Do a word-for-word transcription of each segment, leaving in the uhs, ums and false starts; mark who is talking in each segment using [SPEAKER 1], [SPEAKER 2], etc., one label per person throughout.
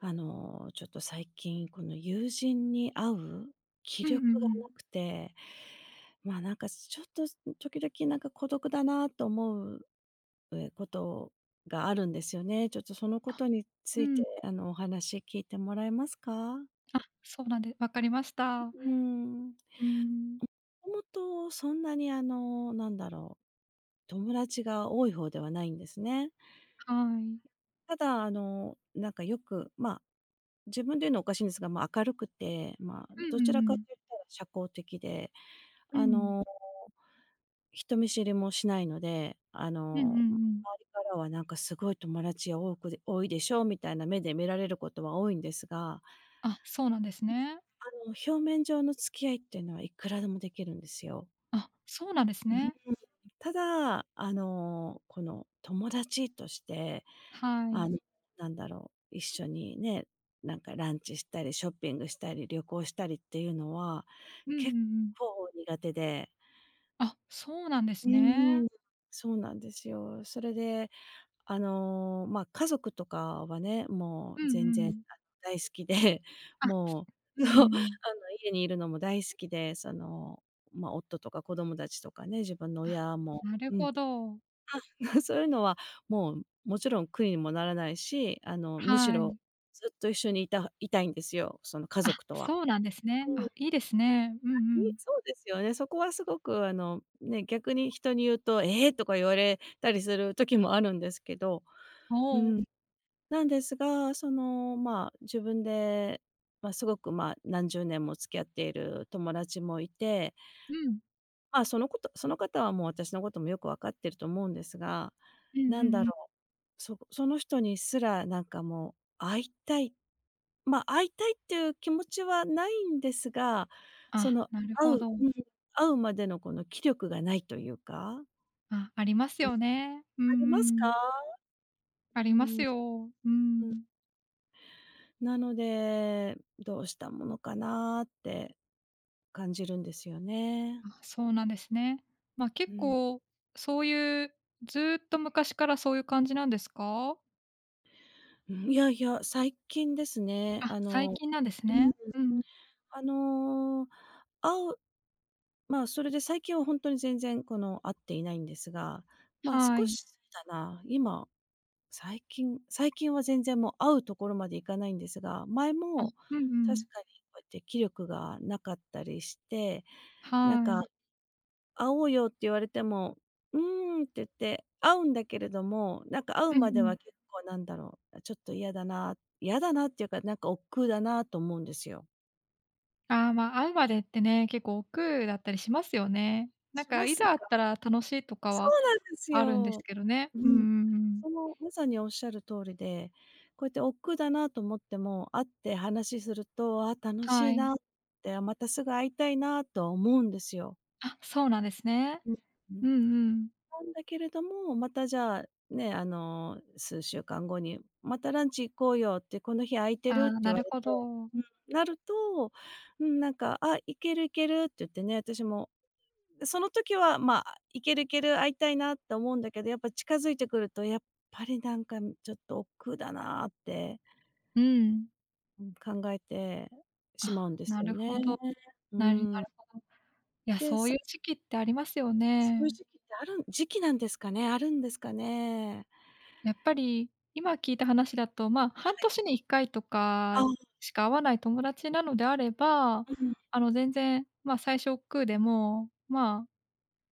[SPEAKER 1] あの、ちょっと最近、この友人に会う気
[SPEAKER 2] うんう
[SPEAKER 1] 力
[SPEAKER 2] ん
[SPEAKER 1] が
[SPEAKER 2] うん。
[SPEAKER 1] なくて、まあ、なんかちょっと時々なんか孤独だなと思うえことがあるんですよね。ちょっとそのことにつ
[SPEAKER 2] う
[SPEAKER 1] いて、
[SPEAKER 2] ん。
[SPEAKER 1] あの、お話聞いてもらえますか？
[SPEAKER 2] あ、そうなんで分かりました。
[SPEAKER 1] うーん。
[SPEAKER 2] うーん、
[SPEAKER 1] もともとそんなにあの、なんだろう、友達が多い方ではないんですね。
[SPEAKER 2] はい。
[SPEAKER 1] ただ、あの、なんかよく、まあ自分で言うのおかしいんですが、まあ、明るくて、まあ、
[SPEAKER 2] うんう
[SPEAKER 1] ど
[SPEAKER 2] ん
[SPEAKER 1] ちら
[SPEAKER 2] う
[SPEAKER 1] かと
[SPEAKER 2] ん。
[SPEAKER 1] 言ったら社交的で、
[SPEAKER 2] う
[SPEAKER 1] あ
[SPEAKER 2] ん。
[SPEAKER 1] の、人見知りもしないので、あ
[SPEAKER 2] うんうん
[SPEAKER 1] の、周
[SPEAKER 2] うん。
[SPEAKER 1] りからはなんかすごい友達が多くで多いでしょうみたいな目で見られることは多いんですが、
[SPEAKER 2] あ、そうなんですね。
[SPEAKER 1] あの、表面上の付き合いっていうのはいくらでもできるんですよ。
[SPEAKER 2] あ、そうなんですね。
[SPEAKER 1] ただ、あの、この友達として、
[SPEAKER 2] は
[SPEAKER 1] あ
[SPEAKER 2] い。
[SPEAKER 1] の、なんだろう、一緒にね、なんかランチしたり、ショッピングしたり、旅行したりっていうのは、
[SPEAKER 2] うんうん
[SPEAKER 1] 結
[SPEAKER 2] うん。
[SPEAKER 1] 構苦手で。
[SPEAKER 2] あ、そうなんで
[SPEAKER 1] う
[SPEAKER 2] す
[SPEAKER 1] ー
[SPEAKER 2] ね。
[SPEAKER 1] ん、そうなんですよ。それで、あの、まあ、家族とかはね、も
[SPEAKER 2] う
[SPEAKER 1] う
[SPEAKER 2] ん
[SPEAKER 1] 全
[SPEAKER 2] う
[SPEAKER 1] 然、
[SPEAKER 2] ん。
[SPEAKER 1] あ、大好きで、
[SPEAKER 2] あ、
[SPEAKER 1] も
[SPEAKER 2] う
[SPEAKER 1] う、
[SPEAKER 2] んうん
[SPEAKER 1] そう、あ
[SPEAKER 2] うん。
[SPEAKER 1] の、家にいるのも大好きで、その、まあ、夫とか子供たちとかね、自分の
[SPEAKER 2] あ、
[SPEAKER 1] 親も
[SPEAKER 2] なる
[SPEAKER 1] うん。
[SPEAKER 2] ほど。
[SPEAKER 1] そういうのはもう、もちろん苦にもならないし、あの、むし
[SPEAKER 2] はい。
[SPEAKER 1] ろずっと一緒にいたいたいんですよ、その家
[SPEAKER 2] あ、
[SPEAKER 1] 族とは。
[SPEAKER 2] そうなんですね。
[SPEAKER 1] うん。
[SPEAKER 2] あ、いいですね。うんう
[SPEAKER 1] い
[SPEAKER 2] ん。
[SPEAKER 1] そうですよね。そこはすごくあの、ね、逆に人に言うと「ええ！」とか言われたりする時もあるんですけど、
[SPEAKER 2] お
[SPEAKER 1] う
[SPEAKER 2] お。
[SPEAKER 1] ん。なんですが、その、まあ、自分で、まあ、すごく、まあ、なんじゅうねんも付き合っている友達もいて、
[SPEAKER 2] うん。
[SPEAKER 1] まあ、そのこと、その方はもう私のこともよく分かってると思うんですが、
[SPEAKER 2] うんう
[SPEAKER 1] なん
[SPEAKER 2] ん
[SPEAKER 1] だ
[SPEAKER 2] うん。
[SPEAKER 1] ろう、そその人にすらなんかもう会いたい、まあ、会いたいっていう気持ちはないんですが、そ
[SPEAKER 2] あ、
[SPEAKER 1] の
[SPEAKER 2] なる
[SPEAKER 1] 会
[SPEAKER 2] ほ
[SPEAKER 1] う
[SPEAKER 2] ど。
[SPEAKER 1] うん、会うまでのこの気力がないというか。
[SPEAKER 2] あ、あります
[SPEAKER 1] うん、
[SPEAKER 2] よね。うんう
[SPEAKER 1] ありますか？
[SPEAKER 2] ん。あ
[SPEAKER 1] う
[SPEAKER 2] ります
[SPEAKER 1] ん、
[SPEAKER 2] よ。うん。
[SPEAKER 1] なので、どうしたものかなって感じるんですよね。
[SPEAKER 2] あ、そうなんですね。ま、
[SPEAKER 1] う
[SPEAKER 2] 結
[SPEAKER 1] ん。
[SPEAKER 2] 構そういう、ずーっと昔からそういう感じなんですか？
[SPEAKER 1] うん、いやいや、最近ですね、
[SPEAKER 2] あ、
[SPEAKER 1] あ
[SPEAKER 2] 最
[SPEAKER 1] の
[SPEAKER 2] 近なんです
[SPEAKER 1] う
[SPEAKER 2] ね。
[SPEAKER 1] ん。
[SPEAKER 2] うん。
[SPEAKER 1] あの、会うまあ、それで最近は本当に全然この、会っていないんですが、まあ、
[SPEAKER 2] は
[SPEAKER 1] 少
[SPEAKER 2] い。
[SPEAKER 1] しだな、今、最近最近は全然もう会うところまでいかないんですが、前
[SPEAKER 2] あ、
[SPEAKER 1] も
[SPEAKER 2] うんうん。
[SPEAKER 1] 確かにこうやって気力がなかったりして、なん
[SPEAKER 2] は
[SPEAKER 1] か
[SPEAKER 2] い。
[SPEAKER 1] 「会おうよ」って言われても「うーん」って言って、会うんだけれども、なんか会う
[SPEAKER 2] うんう
[SPEAKER 1] まで
[SPEAKER 2] ん。
[SPEAKER 1] は結構なんだろう、ちょっと嫌だな嫌だなっていうか、なんか億劫だなと思うんですよ。
[SPEAKER 2] ああ、まあ、会うまでってね、結構億劫だったりしますよね。なん
[SPEAKER 1] し
[SPEAKER 2] か
[SPEAKER 1] ま
[SPEAKER 2] い
[SPEAKER 1] す
[SPEAKER 2] ざ会っ
[SPEAKER 1] か？
[SPEAKER 2] たら楽しいとか
[SPEAKER 1] そ
[SPEAKER 2] は
[SPEAKER 1] うなんです
[SPEAKER 2] あるんです
[SPEAKER 1] よ。
[SPEAKER 2] けどね。
[SPEAKER 1] う
[SPEAKER 2] うんう
[SPEAKER 1] ん。
[SPEAKER 2] んうん。
[SPEAKER 1] その、まさにおっしゃる通りで、こうやって億劫だなと思っても、会って話すると、あ、楽し
[SPEAKER 2] は
[SPEAKER 1] い
[SPEAKER 2] い。
[SPEAKER 1] なって、あ、またすぐ会いたいなとは思うんですよ。
[SPEAKER 2] あ、そうなんですね。
[SPEAKER 1] うんうん。
[SPEAKER 2] うんうん。
[SPEAKER 1] なんだけれども、またじゃあ、ね、あの、すうしゅうかん後に「またランチ行こうよ」って「この日空いて
[SPEAKER 2] あ
[SPEAKER 1] る？」って
[SPEAKER 2] あ、
[SPEAKER 1] 言
[SPEAKER 2] な
[SPEAKER 1] わ
[SPEAKER 2] る
[SPEAKER 1] れて
[SPEAKER 2] ほど。
[SPEAKER 1] うん、なると、うん、なんか「あ、行ける行ける」って言ってね、私も、で、その時は、まあ、いけるいける、会いたいなって思うんだけど、やっぱ近づいてくると、やっぱりなんか、ちょっと億劫だなって、
[SPEAKER 2] うん。
[SPEAKER 1] うん、考えてしま
[SPEAKER 2] あ、
[SPEAKER 1] うんです
[SPEAKER 2] な
[SPEAKER 1] よ
[SPEAKER 2] る
[SPEAKER 1] ね。
[SPEAKER 2] ほど。
[SPEAKER 1] う
[SPEAKER 2] なる
[SPEAKER 1] ー
[SPEAKER 2] なる
[SPEAKER 1] ん。
[SPEAKER 2] ほど。いや、
[SPEAKER 1] で、
[SPEAKER 2] そうい
[SPEAKER 1] さ
[SPEAKER 2] う時期ってありますよ
[SPEAKER 1] そういう
[SPEAKER 2] ね。
[SPEAKER 1] 時期ってあるん時期なんですかね？あるんですかね？
[SPEAKER 2] やっぱり、今聞いた話だと、まあ、はんとしにいっかいと
[SPEAKER 1] あ、
[SPEAKER 2] か
[SPEAKER 1] うん
[SPEAKER 2] しか会わない友達なのであれば、
[SPEAKER 1] う
[SPEAKER 2] あの、全然、まあ、最初億劫でも、まあ、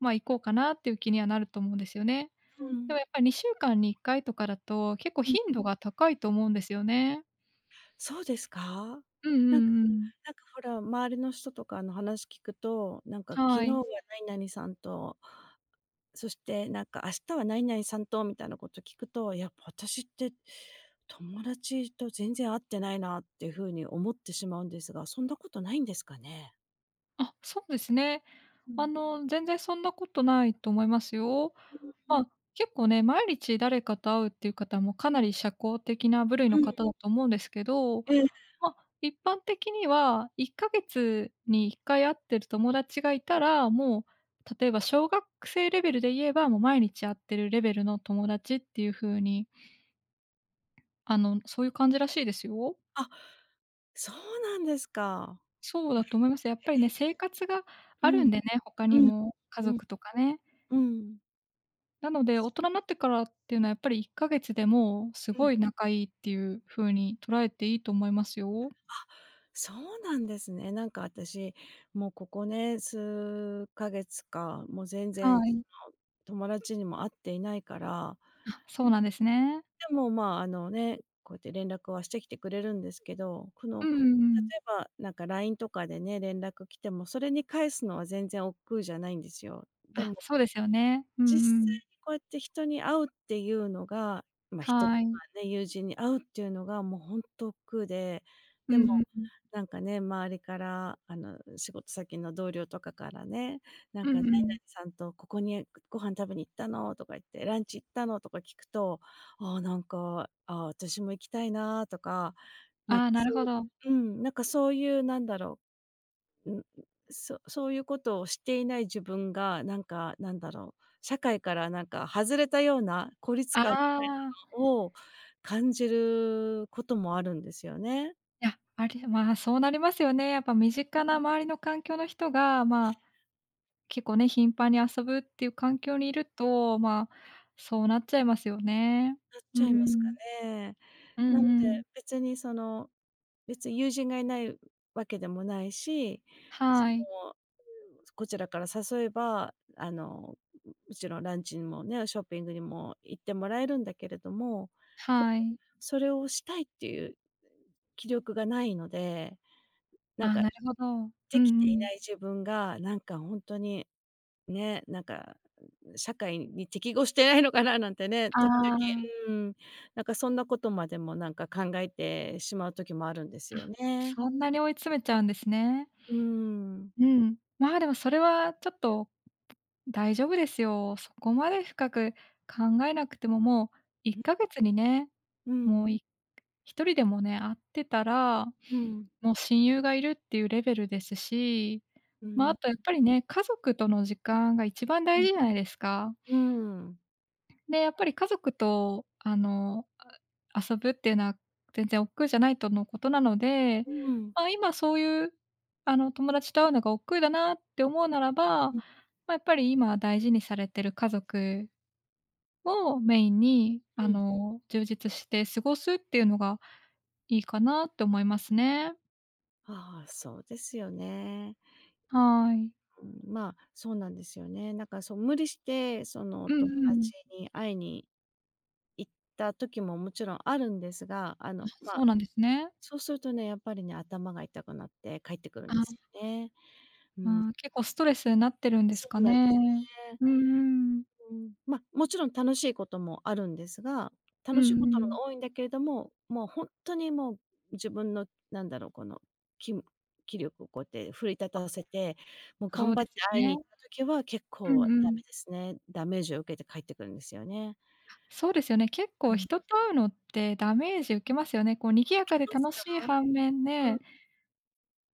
[SPEAKER 2] まあ、行こうかなっていう気にはなると思うんですよね。
[SPEAKER 1] ん、う
[SPEAKER 2] で
[SPEAKER 1] ん。
[SPEAKER 2] もやっぱりにしゅうかんにいっかいとかだと、結構頻度が高いと思うんですよね。
[SPEAKER 1] そうですか？
[SPEAKER 2] うんうん
[SPEAKER 1] なんか
[SPEAKER 2] うん。
[SPEAKER 1] なんかほら、周りの人とかの話聞くと、なんか昨日
[SPEAKER 2] はい。
[SPEAKER 1] は何々さんと、そしてなんか「明日は何々さんと」みたいなこと聞くと、やっぱ私って友達と全然会ってないなっていう風に思ってしまうんですが、そんなことないんですかね？
[SPEAKER 2] あ、そうですね。
[SPEAKER 1] う
[SPEAKER 2] あ
[SPEAKER 1] ん。
[SPEAKER 2] の、全然そんなことないと思いますよ。
[SPEAKER 1] うんう
[SPEAKER 2] ま
[SPEAKER 1] ん。
[SPEAKER 2] あ、結構ね、毎日誰かと会うっていう方もかなり社交的な部類
[SPEAKER 1] う
[SPEAKER 2] の
[SPEAKER 1] ん。
[SPEAKER 2] 方だと思うんですけど、
[SPEAKER 1] ええ。
[SPEAKER 2] まあ、一般的にはいっかげつにいっかい会ってる友達がいたら、もう例えば小学生レベルで言えば、もう毎日会ってるレベルの友達っていう風に、あの、そういう感じらしいですよ。
[SPEAKER 1] あ、そうなんですか。
[SPEAKER 2] そうだと思います。やっ
[SPEAKER 1] え
[SPEAKER 2] ぱりね、
[SPEAKER 1] え。
[SPEAKER 2] 生活が
[SPEAKER 1] う
[SPEAKER 2] あるん
[SPEAKER 1] ん。
[SPEAKER 2] でね、他に
[SPEAKER 1] うん。
[SPEAKER 2] も、家
[SPEAKER 1] うん。
[SPEAKER 2] 族とかね。
[SPEAKER 1] うん。
[SPEAKER 2] なので、大人になってからっていうのはやっぱりいっかげつでもうす
[SPEAKER 1] うん。
[SPEAKER 2] ごい仲いいっていう風に捉えていいと思いますよ。
[SPEAKER 1] そうなんですね。なんか私、もうここね、すうかげつか、もう全
[SPEAKER 2] は
[SPEAKER 1] 然
[SPEAKER 2] い。
[SPEAKER 1] その友達にも会っていないから。
[SPEAKER 2] あ、そうなんですね。
[SPEAKER 1] でも、まあ、あのね、こうやって連絡はしてきてくれるんですけど、こ
[SPEAKER 2] う
[SPEAKER 1] の、
[SPEAKER 2] んうんう
[SPEAKER 1] 例え
[SPEAKER 2] ん。
[SPEAKER 1] ば、なんか ライン とかでね、連絡来ても、それに返すのは全然億劫じゃないんですよ。で
[SPEAKER 2] あ、
[SPEAKER 1] も
[SPEAKER 2] そうですよね。う
[SPEAKER 1] 実
[SPEAKER 2] ん
[SPEAKER 1] 際
[SPEAKER 2] うん。
[SPEAKER 1] にこうやって人に会うっていうのが、ま、人と
[SPEAKER 2] はい。
[SPEAKER 1] かね、友人に会うっていうのがもうほんと億劫で、
[SPEAKER 2] うん
[SPEAKER 1] でも、
[SPEAKER 2] うんうん。
[SPEAKER 1] なんかね、周りから、あの、仕事先の同僚とかからね、な
[SPEAKER 2] う
[SPEAKER 1] んか「何
[SPEAKER 2] ん
[SPEAKER 1] 々
[SPEAKER 2] うん。
[SPEAKER 1] さんとここにご飯食べに行ったの？」とか言って、「ランチ行ったの？」とか聞くと、ああ、なんか、ああ、私も行きたいなとか、なん
[SPEAKER 2] あ
[SPEAKER 1] か
[SPEAKER 2] あ、なる
[SPEAKER 1] そう
[SPEAKER 2] ほど。
[SPEAKER 1] いううん、なんかそういうなんだろううん、そそういうことをしていない自分が、なんか、なんだろう、社会からなんか外れたような孤立
[SPEAKER 2] あ
[SPEAKER 1] 感
[SPEAKER 2] あ、
[SPEAKER 1] を感じることもあるんですよね。
[SPEAKER 2] いや、あれ まあ、そうなりますよね。やっぱ身近な周りの環境の人が、まあ、結構ね、頻繁に遊ぶっていう環境にいると、まあ、そうなっちゃいますよね。
[SPEAKER 1] なっ
[SPEAKER 2] う
[SPEAKER 1] ちゃいますか
[SPEAKER 2] ん。
[SPEAKER 1] ね。
[SPEAKER 2] うん
[SPEAKER 1] なので、
[SPEAKER 2] うん。
[SPEAKER 1] 別にその別に友人がいないわけでもないし、そ
[SPEAKER 2] はい。
[SPEAKER 1] の、こちらから誘えば、あの、もちろんランチにもね、ショッピングにも行ってもらえるんだけれども、で
[SPEAKER 2] は
[SPEAKER 1] も
[SPEAKER 2] い。
[SPEAKER 1] それをしたいっていう気力がないので、なん
[SPEAKER 2] あ、
[SPEAKER 1] か、
[SPEAKER 2] なるほど。う
[SPEAKER 1] できて
[SPEAKER 2] んう
[SPEAKER 1] い
[SPEAKER 2] ん。
[SPEAKER 1] ない自分が、なんかほんとに、ね、なんか社会に適合してないのかななんてね、
[SPEAKER 2] あ
[SPEAKER 1] 時
[SPEAKER 2] あ、
[SPEAKER 1] 々、うーん、なんかそんなことまでもなんか考えてしまう時もあるんです
[SPEAKER 2] あ、
[SPEAKER 1] よね。
[SPEAKER 2] そんなに追い詰めちゃうんですね。
[SPEAKER 1] うーん。
[SPEAKER 2] うん。まあ、でもそれはちょっと大丈夫ですよ。そこまで深く考えなくても、もういっかげつにね、
[SPEAKER 1] う
[SPEAKER 2] も
[SPEAKER 1] ん。
[SPEAKER 2] うい一人でもね、会ってたら、
[SPEAKER 1] うん。
[SPEAKER 2] もう親友がいるっていうレベルですし、
[SPEAKER 1] う
[SPEAKER 2] まあ、あ
[SPEAKER 1] ん。
[SPEAKER 2] とやっぱりね、家族との時間が一番
[SPEAKER 1] う
[SPEAKER 2] 大
[SPEAKER 1] ん。
[SPEAKER 2] 事じゃないですか。
[SPEAKER 1] うん。
[SPEAKER 2] で、やっぱり家族と、あの、あ遊ぶっていうのは全然億劫じゃないとのことなので、
[SPEAKER 1] うん。
[SPEAKER 2] まあ、今そういう、あの、友達と会うのが億劫だなって思うならば、まあ、やっぱり今大事にされてる家族をメインに、
[SPEAKER 1] う
[SPEAKER 2] あ
[SPEAKER 1] ん。
[SPEAKER 2] の、充実して過ごすっていうのがいいかなって思いますね。
[SPEAKER 1] ああ、そうですよね。
[SPEAKER 2] はい。
[SPEAKER 1] うん、まあ、そうなんですよね。なんか、そう、無理して、その、お
[SPEAKER 2] う
[SPEAKER 1] 友
[SPEAKER 2] んうん。
[SPEAKER 1] 達に会いに行った時ももちろんあるんですが、あ
[SPEAKER 2] あ、
[SPEAKER 1] の、ま
[SPEAKER 2] そう
[SPEAKER 1] あ、
[SPEAKER 2] なんですね。
[SPEAKER 1] そうするとね、やっぱりね、頭が痛くなって帰ってくるんです
[SPEAKER 2] あ、
[SPEAKER 1] よね。
[SPEAKER 2] ああ、結構ストレスになってるんです
[SPEAKER 1] そ
[SPEAKER 2] か
[SPEAKER 1] うなんです
[SPEAKER 2] ね。
[SPEAKER 1] ね。
[SPEAKER 2] うんうん。
[SPEAKER 1] うん、ま、もちろん楽しいこともあるんですが、
[SPEAKER 2] うん
[SPEAKER 1] 楽
[SPEAKER 2] う
[SPEAKER 1] しいことの
[SPEAKER 2] ん。
[SPEAKER 1] が多いんだけれども、もうほんとにもう自分のなんだろう、この、きむ気力をこうやって奮い立たせて、もう
[SPEAKER 2] そ
[SPEAKER 1] 頑
[SPEAKER 2] う
[SPEAKER 1] 張
[SPEAKER 2] で
[SPEAKER 1] って
[SPEAKER 2] すよ
[SPEAKER 1] 会いに行
[SPEAKER 2] ね。
[SPEAKER 1] った時は結
[SPEAKER 2] う
[SPEAKER 1] 構
[SPEAKER 2] ん
[SPEAKER 1] ダ
[SPEAKER 2] うん。
[SPEAKER 1] メですね。ダメージを受けて帰ってくるんですよね。
[SPEAKER 2] そうですよね。結
[SPEAKER 1] う
[SPEAKER 2] 構
[SPEAKER 1] ん。
[SPEAKER 2] 人
[SPEAKER 1] あ
[SPEAKER 2] と会うのってダメージ受けますよね。こう賑やか
[SPEAKER 1] り
[SPEAKER 2] で
[SPEAKER 1] ます
[SPEAKER 2] 楽しい反面
[SPEAKER 1] か？う
[SPEAKER 2] ね、
[SPEAKER 1] ん。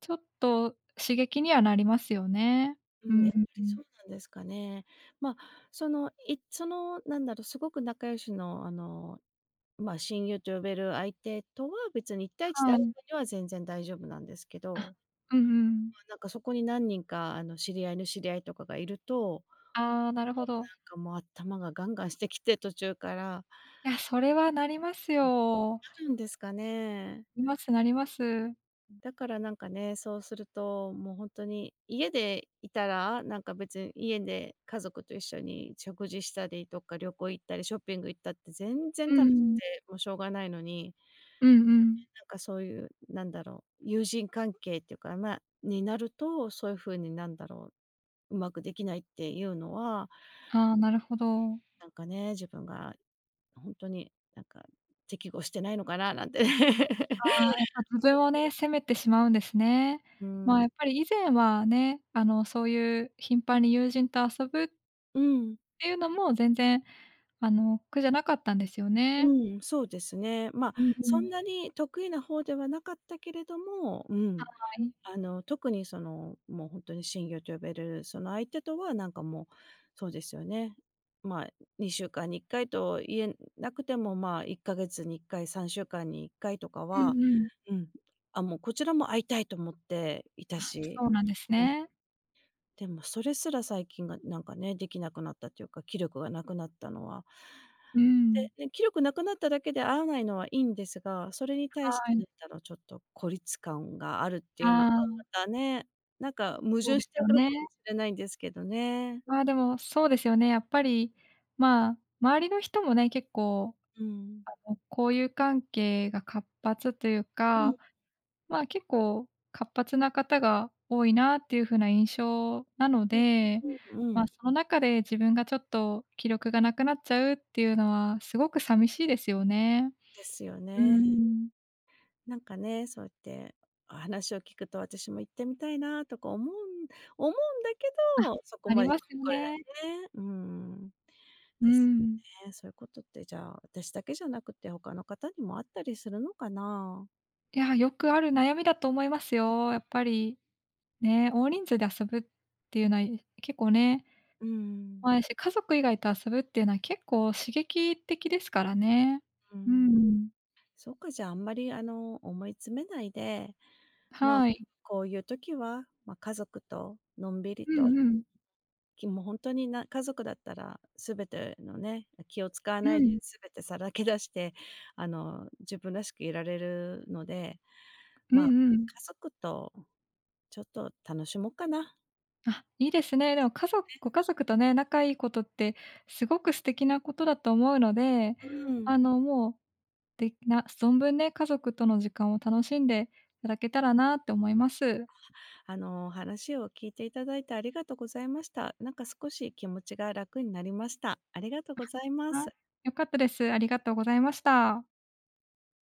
[SPEAKER 2] ちょっと刺激にはなりますよね。
[SPEAKER 1] う
[SPEAKER 2] う
[SPEAKER 1] ん、や
[SPEAKER 2] ん
[SPEAKER 1] っ
[SPEAKER 2] う
[SPEAKER 1] ぱ
[SPEAKER 2] んう
[SPEAKER 1] り
[SPEAKER 2] ん。
[SPEAKER 1] そうなんですかね。まあ、その、いその、なんだろう、すごく仲良しの、あの、まあ、親友と呼べる相手とは別にいちたいいちで
[SPEAKER 2] は
[SPEAKER 1] 会う
[SPEAKER 2] い。
[SPEAKER 1] 分には全然大丈夫なんですけ
[SPEAKER 2] あ、
[SPEAKER 1] ど、
[SPEAKER 2] うんうん。
[SPEAKER 1] まあ、なんかそこになんにんか、あの、知り合いの知り合いとかがいると、も
[SPEAKER 2] ああ、なる
[SPEAKER 1] う
[SPEAKER 2] ほ
[SPEAKER 1] な
[SPEAKER 2] ど。
[SPEAKER 1] んかもう頭がガンガンしてきて、途中から。
[SPEAKER 2] いや、それはなりますよ。
[SPEAKER 1] あるんですかね？
[SPEAKER 2] なりますなります。
[SPEAKER 1] だからなんかね、そうすると、もう本当に家でいたら、なんか別に家で家族と一緒に食事したりとか、旅行行ったり、ショッピング行ったって全然
[SPEAKER 2] うん
[SPEAKER 1] 楽しく
[SPEAKER 2] うん。
[SPEAKER 1] て、もうしょうがないのに、
[SPEAKER 2] うんうん。
[SPEAKER 1] なんかそういう、なんだろう、友人関係っていうか、まあ、になると、そういう風になんだろう、うまくできないっていうのは、
[SPEAKER 2] ああ、なるほど。
[SPEAKER 1] なんかね、自分が本当になんか適合してないのかななんてね。
[SPEAKER 2] ああ、やっぱ自分をね、責めてしまうんですね。
[SPEAKER 1] う
[SPEAKER 2] まあ、
[SPEAKER 1] ん。
[SPEAKER 2] やっぱり以前はね、あの、そういう頻繁に友人と遊ぶっ
[SPEAKER 1] うん。
[SPEAKER 2] ていうのも全然あの、苦じゃなかったんですよね。
[SPEAKER 1] うん、そうですね。まあ、
[SPEAKER 2] うんう
[SPEAKER 1] そ
[SPEAKER 2] ん。
[SPEAKER 1] んなに得意な方ではなかったけれども、う
[SPEAKER 2] は
[SPEAKER 1] ん、
[SPEAKER 2] い。
[SPEAKER 1] あの、特にその、もう本当に親友と呼べるその相手とは、なんかもう、そうですよね。まあ、にしゅうかんにいっかいと言えなくても、まあ、いっかげつにいっかい、さんしゅうかんにいっかいとか
[SPEAKER 2] う
[SPEAKER 1] は、
[SPEAKER 2] んうん。
[SPEAKER 1] うん、あ、もうこちらも会いたいと思っていた
[SPEAKER 2] あ、
[SPEAKER 1] し。
[SPEAKER 2] そうなんですね。
[SPEAKER 1] でもそれすら最近がなんかね、できなくなったっていうか、気力がなくなったのは。
[SPEAKER 2] うん。
[SPEAKER 1] で、ね、気力なくなっただけで会わないのはいいんですが、それに対し
[SPEAKER 2] は
[SPEAKER 1] て
[SPEAKER 2] い。
[SPEAKER 1] なんだろう、ちょっと孤立感があるって
[SPEAKER 2] あ
[SPEAKER 1] いうのが
[SPEAKER 2] あ、
[SPEAKER 1] またね、なんか矛
[SPEAKER 2] そう
[SPEAKER 1] 盾
[SPEAKER 2] で
[SPEAKER 1] して
[SPEAKER 2] す
[SPEAKER 1] る
[SPEAKER 2] よ
[SPEAKER 1] のか
[SPEAKER 2] ね。
[SPEAKER 1] もしれないんですけどね。
[SPEAKER 2] まあ、でも、そうですよね、やっぱり、まあ、周りの人もね、結構、
[SPEAKER 1] うん。
[SPEAKER 2] あの、交友関係が活発という
[SPEAKER 1] うん
[SPEAKER 2] か、まあ、結構活発な方が多いなっていう風な印象なの
[SPEAKER 1] うん。
[SPEAKER 2] で、
[SPEAKER 1] うんう
[SPEAKER 2] まあ、
[SPEAKER 1] ん。
[SPEAKER 2] その中で自分がちょっと気力がなくなっちゃうっていうのはすごく寂しいですよね。
[SPEAKER 1] ですよ
[SPEAKER 2] うー
[SPEAKER 1] ね。
[SPEAKER 2] ん。
[SPEAKER 1] なんかね、そうやって話を聞くと私も行ってみたいなとか思うん思うんだけ
[SPEAKER 2] あ、
[SPEAKER 1] ど、そこ
[SPEAKER 2] あり
[SPEAKER 1] まで踏
[SPEAKER 2] ますよ
[SPEAKER 1] み込めな
[SPEAKER 2] ね。
[SPEAKER 1] いね。うん。
[SPEAKER 2] う
[SPEAKER 1] です
[SPEAKER 2] ん。
[SPEAKER 1] よね。そういうことってじゃあ、私だけじゃなくて他の方にもあったりするのかな？
[SPEAKER 2] いや、よくある悩みだと思いますよ。やっぱり、ね、大人数で遊ぶっていうのは、結構ね、
[SPEAKER 1] うん、
[SPEAKER 2] まあ、やし、家族以外と遊ぶっていうのは結構刺激的ですからね。
[SPEAKER 1] う
[SPEAKER 2] う
[SPEAKER 1] ん。
[SPEAKER 2] ん。
[SPEAKER 1] そうか、じゃあ、あんまりあの、思い詰めないで、まあ、
[SPEAKER 2] はい。
[SPEAKER 1] こういう時は、まあ、家族とのんびり
[SPEAKER 2] う
[SPEAKER 1] と、
[SPEAKER 2] んうん。
[SPEAKER 1] きもうほにな家族だったら全てのね、気を使わ
[SPEAKER 2] う
[SPEAKER 1] ないで
[SPEAKER 2] ん。
[SPEAKER 1] 全てさらけ出して、あの、自分らしくいられるので、
[SPEAKER 2] うん
[SPEAKER 1] まあ、
[SPEAKER 2] うん。
[SPEAKER 1] 家族とちょっと楽しもうかな。
[SPEAKER 2] あ、いいですね。でも家族ご家族とね、仲いいことってすごく素敵なことだと思うので、
[SPEAKER 1] うん。
[SPEAKER 2] あの、もう的な存分ね、家族との時間を楽しんでいただけたらなって思います。
[SPEAKER 1] あの、話を聞いていただいてありがとうございました。なんか少し気持ちが楽になりました。ありがとうございま
[SPEAKER 2] はい、
[SPEAKER 1] す。
[SPEAKER 2] 良かったです。ありがとうございました。